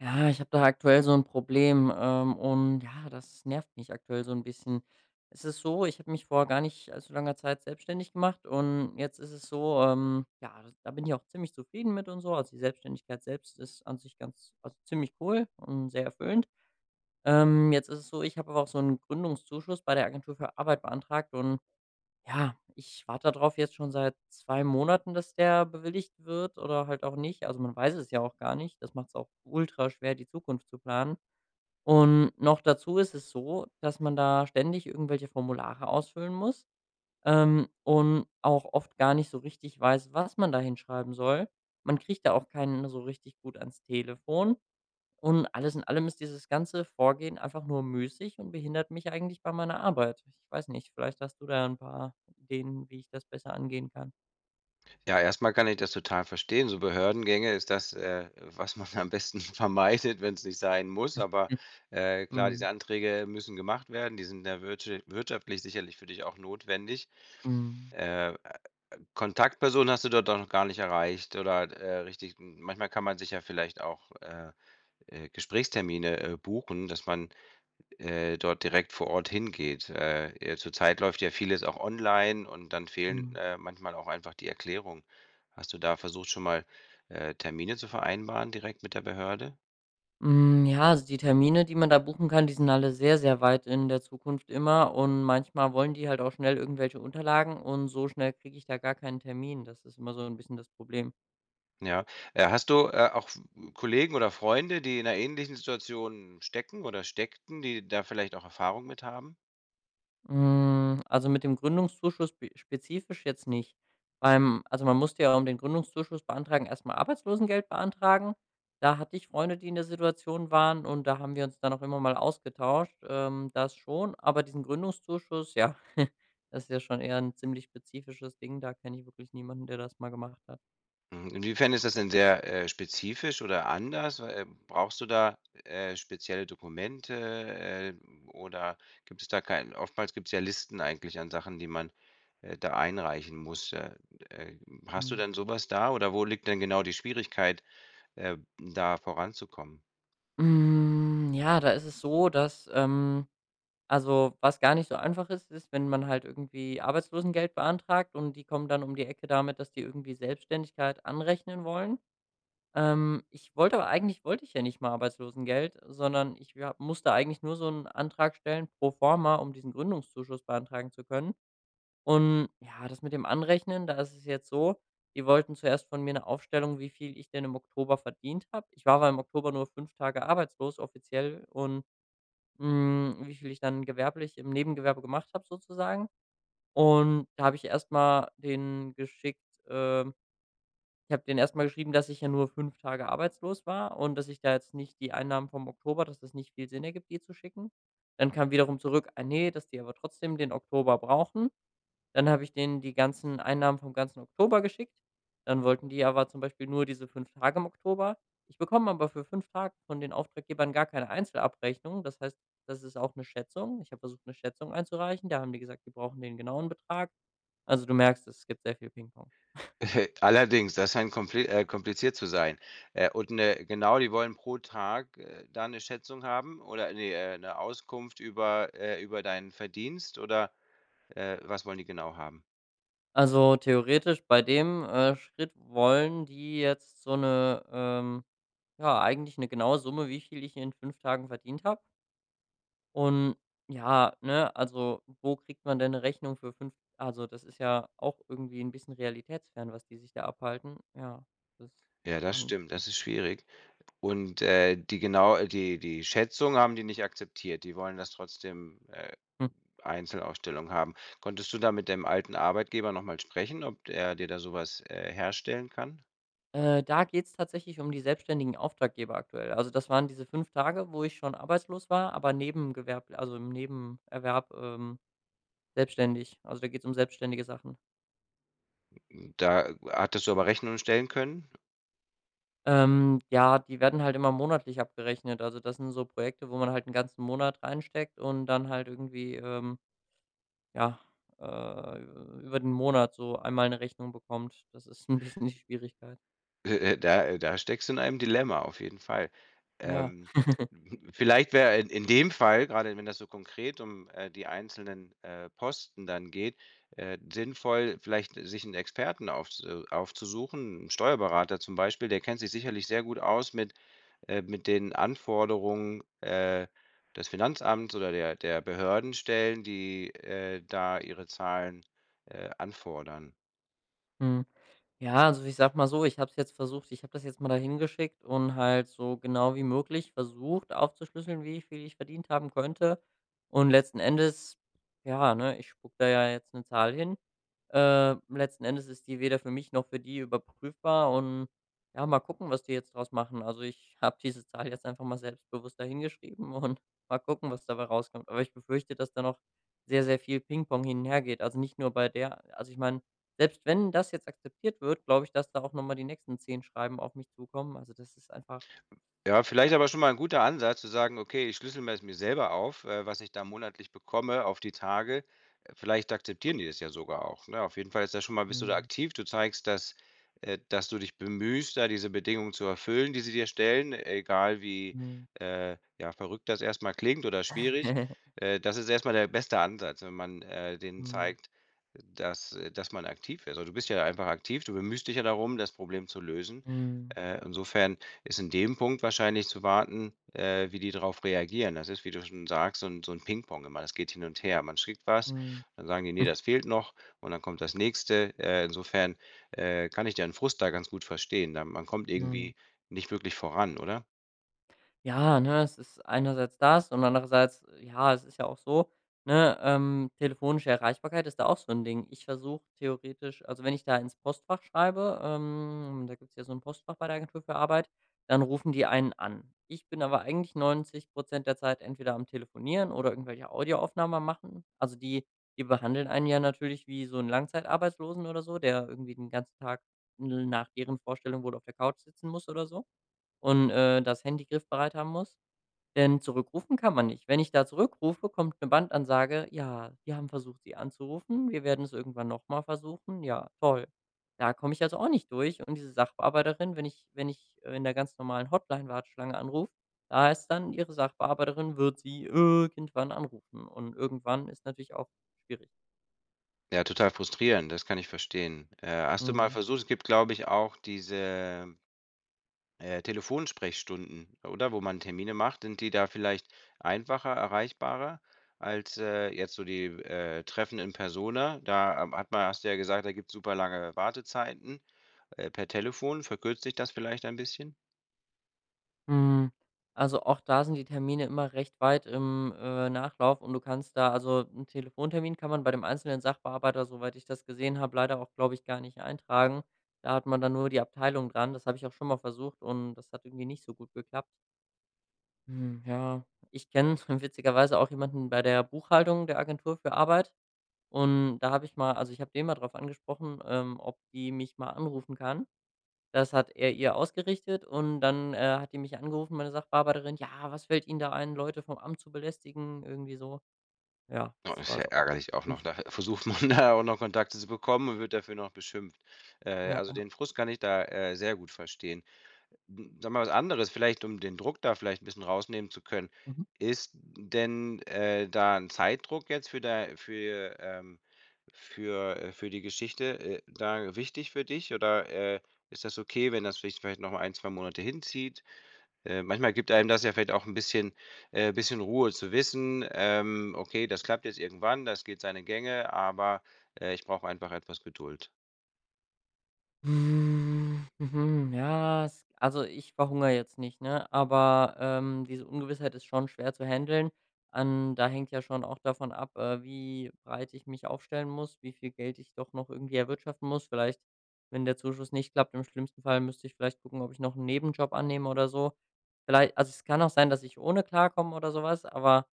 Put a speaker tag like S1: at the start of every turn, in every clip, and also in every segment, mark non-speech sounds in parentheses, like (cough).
S1: Ja, ich habe da aktuell so ein Problem, und ja, das nervt mich aktuell so ein bisschen. Es ist so, ich habe mich vor gar nicht allzu langer Zeit selbstständig gemacht und jetzt ist es so, ja, das da bin ich auch ziemlich zufrieden mit und so. Also, die Selbstständigkeit selbst ist an sich ganz also, ziemlich cool und sehr erfüllend. Jetzt ist es so, ich habe aber auch so einen Gründungszuschuss bei der Agentur für Arbeit beantragt und ja, ich warte darauf jetzt schon seit 2 Monaten, dass der bewilligt wird oder halt auch nicht. Also, man weiß es ja auch gar nicht. Das macht es auch ultraschwer, die Zukunft zu planen. Und noch dazu ist es so, dass man da ständig irgendwelche Formulare ausfüllen muss, und auch oft gar nicht so richtig weiß, was man da hinschreiben soll. Man kriegt da auch keinen so richtig gut ans Telefon. Und alles in allem ist dieses ganze Vorgehen einfach nur müßig und behindert mich eigentlich bei meiner Arbeit. Ich weiß nicht, vielleicht hast du da ein paar Ideen, wie ich das besser angehen kann.
S2: Ja, erstmal kann ich das total verstehen. So Behördengänge ist das, was man am besten (laughs) vermeidet, wenn es nicht sein muss. Aber
S1: Hm.
S2: äh, klar, diese
S1: Mhm.
S2: Anträge müssen gemacht werden. Die sind ja wirtschaftlich sicherlich für dich auch notwendig.
S1: Mhm.
S2: Äh, Kontaktpersonen hast du dort auch noch gar nicht erreicht oder richtig. Manchmal kann man sich ja vielleicht auch Gesprächstermine buchen, dass man dort direkt vor Ort hingeht. Zurzeit läuft ja vieles auch online und dann fehlen,
S1: Mhm.
S2: manchmal auch einfach die Erklärungen. Hast du da versucht, schon mal, Termine zu vereinbaren direkt mit der Behörde?
S1: Hm, ja, also die Termine, die man da buchen kann, die sind alle sehr, sehr weit in der Zukunft immer und manchmal wollen die halt auch schnell irgendwelche Unterlagen und so schnell kriege ich da gar keinen Termin. Das ist immer so ein bisschen das Problem.
S2: Ja. Hast du, auch Kollegen oder Freunde, die in einer ähnlichen Situation stecken oder steckten, die da vielleicht auch Erfahrung mit haben?
S1: Hm, also, mit dem Gründungszuschuss spezifisch jetzt nicht. Beim Also, man musste ja, um den Gründungszuschuss beantragen, erstmal Arbeitslosengeld beantragen. Da hatte ich Freunde, die in der Situation waren und da haben wir uns dann auch immer mal ausgetauscht, das schon. Aber diesen Gründungszuschuss, ja, (laughs) das ist ja schon eher ein ziemlich spezifisches Ding. Da kenne ich wirklich niemanden, der das mal gemacht hat.
S2: Mhm, inwiefern ist das denn sehr, spezifisch oder anders? Weil, brauchst du da, spezielle Dokumente, oder gibt es da kein oftmals gibt es ja Listen eigentlich an Sachen, die man, da einreichen muss. Äh, Hast du
S1: Mhm.
S2: denn sowas da oder wo liegt denn genau die Schwierigkeit, da voranzukommen?
S1: Ja, da ist es so, dass, also, was gar nicht so einfach ist, ist, wenn man halt irgendwie Arbeitslosengeld beantragt und die kommen dann um die Ecke damit, dass die irgendwie Selbstständigkeit anrechnen wollen. Ich wollte aber eigentlich wollte ich ja nicht mal Arbeitslosengeld, sondern ich ja, musste eigentlich nur so einen Antrag stellen pro forma, um diesen Gründungszuschuss beantragen zu können. Und ja, das mit dem Anrechnen, da ist es jetzt so, die wollten zuerst von mir eine Aufstellung, wie viel ich denn im Oktober verdient habe. Ich war aber im Oktober nur 5 Tage arbeitslos offiziell und wie viel ich dann gewerblich im Nebengewerbe gemacht habe sozusagen. Und da habe ich erstmal den geschickt, ähm, ich habe den erstmal geschrieben, dass ich ja nur 5 Tage arbeitslos war und dass ich da jetzt nicht die Einnahmen vom Oktober, dass das nicht viel Sinn ergibt, die zu schicken. Dann kam wiederum zurück: „Ah ne, dass die aber trotzdem den Oktober brauchen.“ Dann habe ich denen die ganzen Einnahmen vom ganzen Oktober geschickt. Dann wollten die aber zum Beispiel nur diese 5 Tage im Oktober. Ich bekomme aber für 5 Tage von den Auftraggebern gar keine Einzelabrechnung. Das heißt, das ist auch eine Schätzung. Ich habe versucht, eine Schätzung einzureichen. Da haben die gesagt, die brauchen den genauen Betrag. Also, du merkst es, gibt sehr viel Pingpong.
S2: (laughs) Allerdings, das scheint kompliziert zu sein. Und 'ne genau, die wollen pro Tag, da eine Schätzung haben oder ne, 'ne Auskunft über über deinen Verdienst oder was wollen die genau haben?
S1: Also, theoretisch bei dem, Schritt wollen die jetzt so eine, ja, eigentlich eine genaue Summe, wie viel ich in 5 Tagen verdient habe. Und ja, ne, also wo kriegt man denn eine Rechnung für fünf also das ist ja auch irgendwie ein bisschen realitätsfern, was die sich da abhalten. Ja, das ist
S2: Ja, das
S1: spannend.
S2: stimmt, das ist schwierig. Und, die genau die Schätzung haben die nicht akzeptiert. Die wollen das trotzdem,
S1: Hm.
S2: Einzelausstellung haben. Konntest du da mit dem alten Arbeitgeber noch mal sprechen, ob er dir da sowas herstellen kann?
S1: Da geht's tatsächlich um die selbstständigen Auftraggeber aktuell. Also das waren diese 5 Tage, wo ich schon arbeitslos war, aber nebengewerb also im Nebenerwerb, selbstständig. Also da geht's um selbstständige Sachen.
S2: Da hattest du aber Rechnungen stellen können?
S1: Ja, die werden halt immer monatlich abgerechnet. Also das sind so Projekte, wo man halt 'n ganzen Monat reinsteckt und dann halt irgendwie, ja, über den Monat so einmal 'ne Rechnung bekommt. Das ist 'n bisschen die Schwierigkeit.
S2: Da da steckst du in einem Dilemma, auf jeden Fall.
S1: Ja.
S2: Ähm,
S1: (laughs)
S2: (laughs) vielleicht wäre in dem Fall, gerade wenn das so konkret um, die einzelnen, Posten dann geht, sinnvoll, vielleicht sich einen Experten aufzusuchen, 'n Steuerberater zum Beispiel, der kennt sich sicherlich sehr gut aus mit den Anforderungen, des Finanzamts oder der Behördenstellen, die, da ihre Zahlen, anfordern.
S1: Mhm. Ja, also ich sag mal so, ich habe das jetzt mal dahin geschickt und halt so genau wie möglich versucht aufzuschlüsseln, wie viel ich verdient haben könnte. Und letzten Endes, ja, ne, ich spucke da ja jetzt eine Zahl hin. Letzten Endes ist die weder für mich noch für die überprüfbar und ja, mal gucken, was die jetzt draus machen. Also, ich habe diese Zahl jetzt einfach mal selbstbewusst da hingeschrieben und (laughs) mal gucken, was dabei rauskommt. Aber ich befürchte, dass da noch sehr, sehr viel Pingpong hin und her geht. Also, nicht nur bei der, also ich meine, selbst wenn das jetzt akzeptiert wird, glaube ich, dass da auch noch mal die nächsten 10 Schreiben auf mich zukommen. Also, das ist einfach.
S2: Ja, vielleicht aber schon mal ein guter Ansatz zu sagen: „Okay, ich schlüssel mir das mir selber auf, was ich da monatlich bekomme auf die Tage.“ Vielleicht akzeptieren die das ja sogar auch, ne? Auf jeden Fall ist das schon mal bist du da
S1: Mhm,
S2: aktiv. Du zeigst, dass dass du dich bemühst, da diese Bedingungen zu erfüllen, die sie dir stellen, egal wie, ja, verrückt das erstmal klingt oder schwierig.
S1: (laughs)
S2: Das ist erstmal der beste Ansatz, wenn man, denen
S1: mhm. Mhm,
S2: zeigt, dass dass man aktiv ist. Also, du bist ja einfach aktiv, du bemühst dich ja darum, das Problem zu lösen.
S1: mhm,
S2: Insofern ist in dem Punkt wahrscheinlich zu warten, wie die darauf reagieren. Das ist, wie du schon sagst, so ein so 'n Pingpong immer. Das geht hin und her. Man schickt was,
S1: mhm,
S2: dann sagen die: nee,
S1: mhm.
S2: das fehlt noch“, und dann kommt das Nächste. Insofern, kann ich deinen Frust da ganz gut verstehen. Da man kommt irgendwie
S1: (laughs)
S2: nicht wirklich voran, oder?
S1: Ja, ne, es ist einerseits das und andererseits, ja, es ist ja auch so, ne, telefonische Erreichbarkeit ist da auch so ein Ding. Ich versuche theoretisch, also wenn ich da ins Postfach schreibe, da gibt's ja so ein Postfach bei der Agentur für Arbeit, dann rufen die einen an. Ich bin aber eigentlich 90% der Zeit entweder am Telefonieren oder irgendwelche Audioaufnahmen am machen. Also, die behandeln einen ja natürlich wie so einen Langzeitarbeitslosen oder so, der irgendwie den ganzen Tag n nach deren Vorstellung wohl auf der Couch sitzen muss oder so und, das Handy griffbereit haben muss, denn zurückrufen kann man nicht. Wenn ich da zurückrufe, kommt eine Bandansage: „Ja, wir haben versucht, Sie anzurufen. Wir werden es irgendwann noch mal versuchen. Ja, toll.“ Da komme ich also auch nicht durch und diese Sachbearbeiterin, wenn ich, in der ganz normalen Hotline-Warteschlange anrufe, da heißt dann, ihre Sachbearbeiterin wird sie irgendwann anrufen und irgendwann ist natürlich auch schwierig.
S2: Ja, total frustrierend, das kann ich verstehen. Hast du mal
S1: Mhm.
S2: versucht es gibt, glaube ich, auch diese Telefonsprechstunden, oder? Wo man Termine macht, sind die da vielleicht einfacher erreichbarer als, jetzt so die, Treffen in Persona? Da, hat man hast du ja gesagt, da gibt's super lange Wartezeiten. Per Telefon verkürzt sich das vielleicht ein bisschen?
S1: Hm, also auch da sind die Termine immer recht weit im, Nachlauf und du kannst da, also 'n Telefontermin kann man bei dem einzelnen Sachbearbeiter, soweit ich das gesehen habe, leider auch, glaube ich, gar nicht eintragen. Da hat man dann nur die Abteilung dran. Das habe ich auch schon mal versucht und das hat irgendwie nicht so gut geklappt. Hm, ja, ich kenne (laughs) witzigerweise auch jemanden bei der Buchhaltung der Agentur für Arbeit und da habe ich mal, also ich habe den mal drauf angesprochen, ob die mich mal anrufen kann. Das hat er ihr ausgerichtet und dann, hat die mich angerufen, meine Sachbearbeiterin: „Ja, was fällt Ihnen da ein, Leute vom Amt zu belästigen?“ Irgendwie so. Ja,
S2: Oh,
S1: das
S2: ist
S1: war
S2: ja
S1: so auch
S2: ärgerlich auch noch.
S1: unschön.
S2: Da versucht man (laughs) da auch noch Kontakte zu bekommen und wird dafür noch beschimpft.
S1: Ja,
S2: Also
S1: ja.
S2: den Frust kann ich da, sehr gut verstehen. Hm, sag mal was anderes, vielleicht um den Druck da vielleicht 'n bisschen rausnehmen zu können.
S1: Mhm.
S2: Ist denn, da 'n Zeitdruck jetzt für die Geschichte, da wichtig für dich oder, ist das okay, wenn das sich vielleicht noch mal ein 2 Monate hinzieht? Manchmal gibt einem das ja vielleicht auch 'n bisschen bisschen Ruhe zu wissen, „Okay, das klappt jetzt irgendwann, das geht seine Gänge, aber, ich brauche einfach etwas Geduld.“
S1: Mhm, ja, es, also ich verhungere jetzt nicht, ne? Aber, diese Ungewissheit ist schon schwer zu handeln. An Da hängt ja schon auch davon ab, wie breit ich mich aufstellen muss, wie viel Geld ich doch noch irgendwie erwirtschaften muss. Vielleicht, wenn der Zuschuss nicht klappt, im schlimmsten Fall müsste ich vielleicht gucken, ob ich noch einen Nebenjob annehme oder so. Vielleicht, also, es kann auch sein, dass ich ohne klarkomme oder sowas. Aber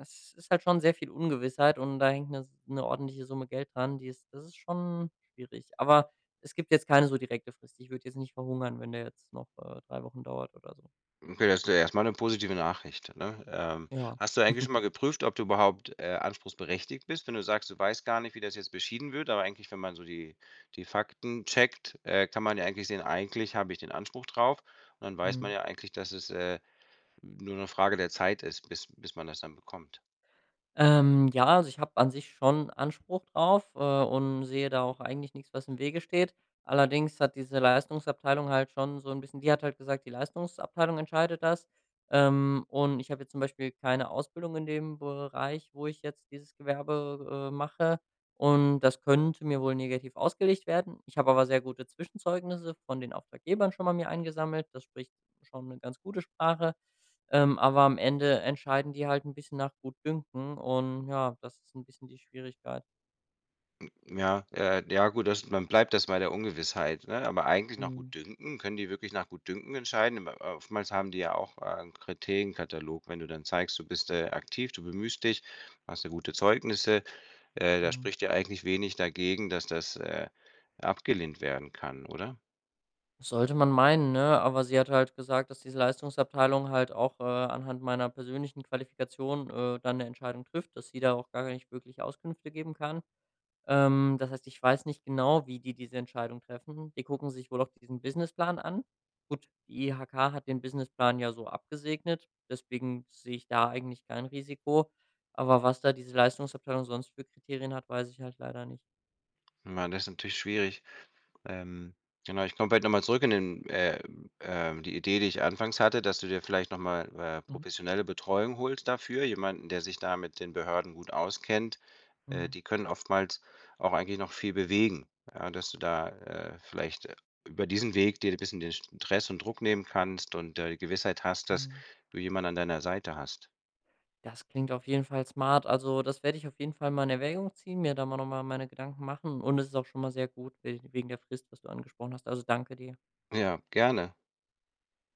S1: es ist halt schon sehr viel Ungewissheit und da hängt eine 'ne ordentliche Summe Geld dran, die ist, das ist schon schwierig. Aber es gibt jetzt keine so direkte Frist. Ich würde jetzt nicht verhungern, wenn der jetzt noch, 3 Wochen dauert oder so.
S2: Okay, das ist ja erst 'ne positive Nachricht, ne?
S1: Ja.
S2: Hast du eigentlich schon mal
S1: (laughs)
S2: geprüft, ob du überhaupt, anspruchsberechtigt bist, wenn du sagst, du weißt gar nicht, wie das jetzt beschieden wird, aber eigentlich, wenn man so die Fakten checkt, kann man ja eigentlich sehen, eigentlich habe ich den Anspruch drauf und dann weiß man
S1: Mhm.
S2: ja eigentlich, dass es, nur 'ne Frage der Zeit ist, bis man das dann bekommt.
S1: Ja, also ich habe an sich schon Anspruch drauf, und sehe da auch eigentlich nichts, was im Wege steht. Allerdings hat diese Leistungsabteilung halt schon so ein bisschen, die hat halt gesagt, die Leistungsabteilung entscheidet das. Und ich habe jetzt zum Beispiel keine Ausbildung in dem Bereich, wo ich jetzt dieses Gewerbe, mache. Und das könnte mir wohl negativ ausgelegt werden. Ich habe aber sehr gute Zwischenzeugnisse von den Auftraggebern schon mal mir eingesammelt. Das spricht schon eine ganz gute Sprache. Aber am Ende entscheiden die halt ein bisschen nach Gutdünken und ja, das ist ein bisschen die Schwierigkeit.
S2: Ja, ja gut, das man bleibt das mal der Ungewissheit, ne? Aber eigentlich nach
S1: Mhm.
S2: Gutdünken können die wirklich nach Gutdünken entscheiden? Im Oftmals haben die ja auch, 'n Kriterienkatalog, wenn du dann zeigst, du bist, aktiv, du bemühst dich, hast ja gute Zeugnisse, da
S1: Mhm.
S2: spricht ja eigentlich wenig dagegen, dass das, abgelehnt werden kann, oder?
S1: Sollte man meinen, ne? Aber sie hat halt gesagt, dass diese Leistungsabteilung halt auch, anhand meiner persönlichen Qualifikation, dann 'ne Entscheidung trifft, dass sie da auch gar nicht wirklich Auskünfte geben kann. Das heißt, ich weiß nicht genau, wie die diese Entscheidung treffen. Die gucken sich wohl auch diesen Businessplan an. Gut, die IHK hat den Businessplan ja so abgesegnet, deswegen sehe ich da eigentlich kein Risiko. Aber was da diese Leistungsabteilung sonst für Kriterien hat, weiß ich halt leider nicht.
S2: Ich das ist natürlich schwierig. Ähm, genau, ich komme vielleicht noch mal zurück in den die Idee, die ich anfangs hatte, dass du dir vielleicht noch mal,
S1: Mhm.
S2: professionelle Betreuung holst dafür, jemanden, der sich da mit den Behörden gut auskennt.
S1: Mhm.
S2: Die können oftmals auch eigentlich noch viel bewegen, ja, dass du da, vielleicht, über diesen Weg dir ein bisschen den Stress und Druck nehmen kannst und, die Gewissheit hast, dass
S1: Mhm.
S2: du jemanden an deiner Seite hast.
S1: Das klingt auf jeden Fall smart. Also, das werde ich auf jeden Fall mal in Erwägung ziehen, mir da mal nochmal meine Gedanken machen. Und es ist auch schon mal sehr gut wegen der Frist, was du angesprochen hast. Also, danke dir.
S2: Ja, gerne.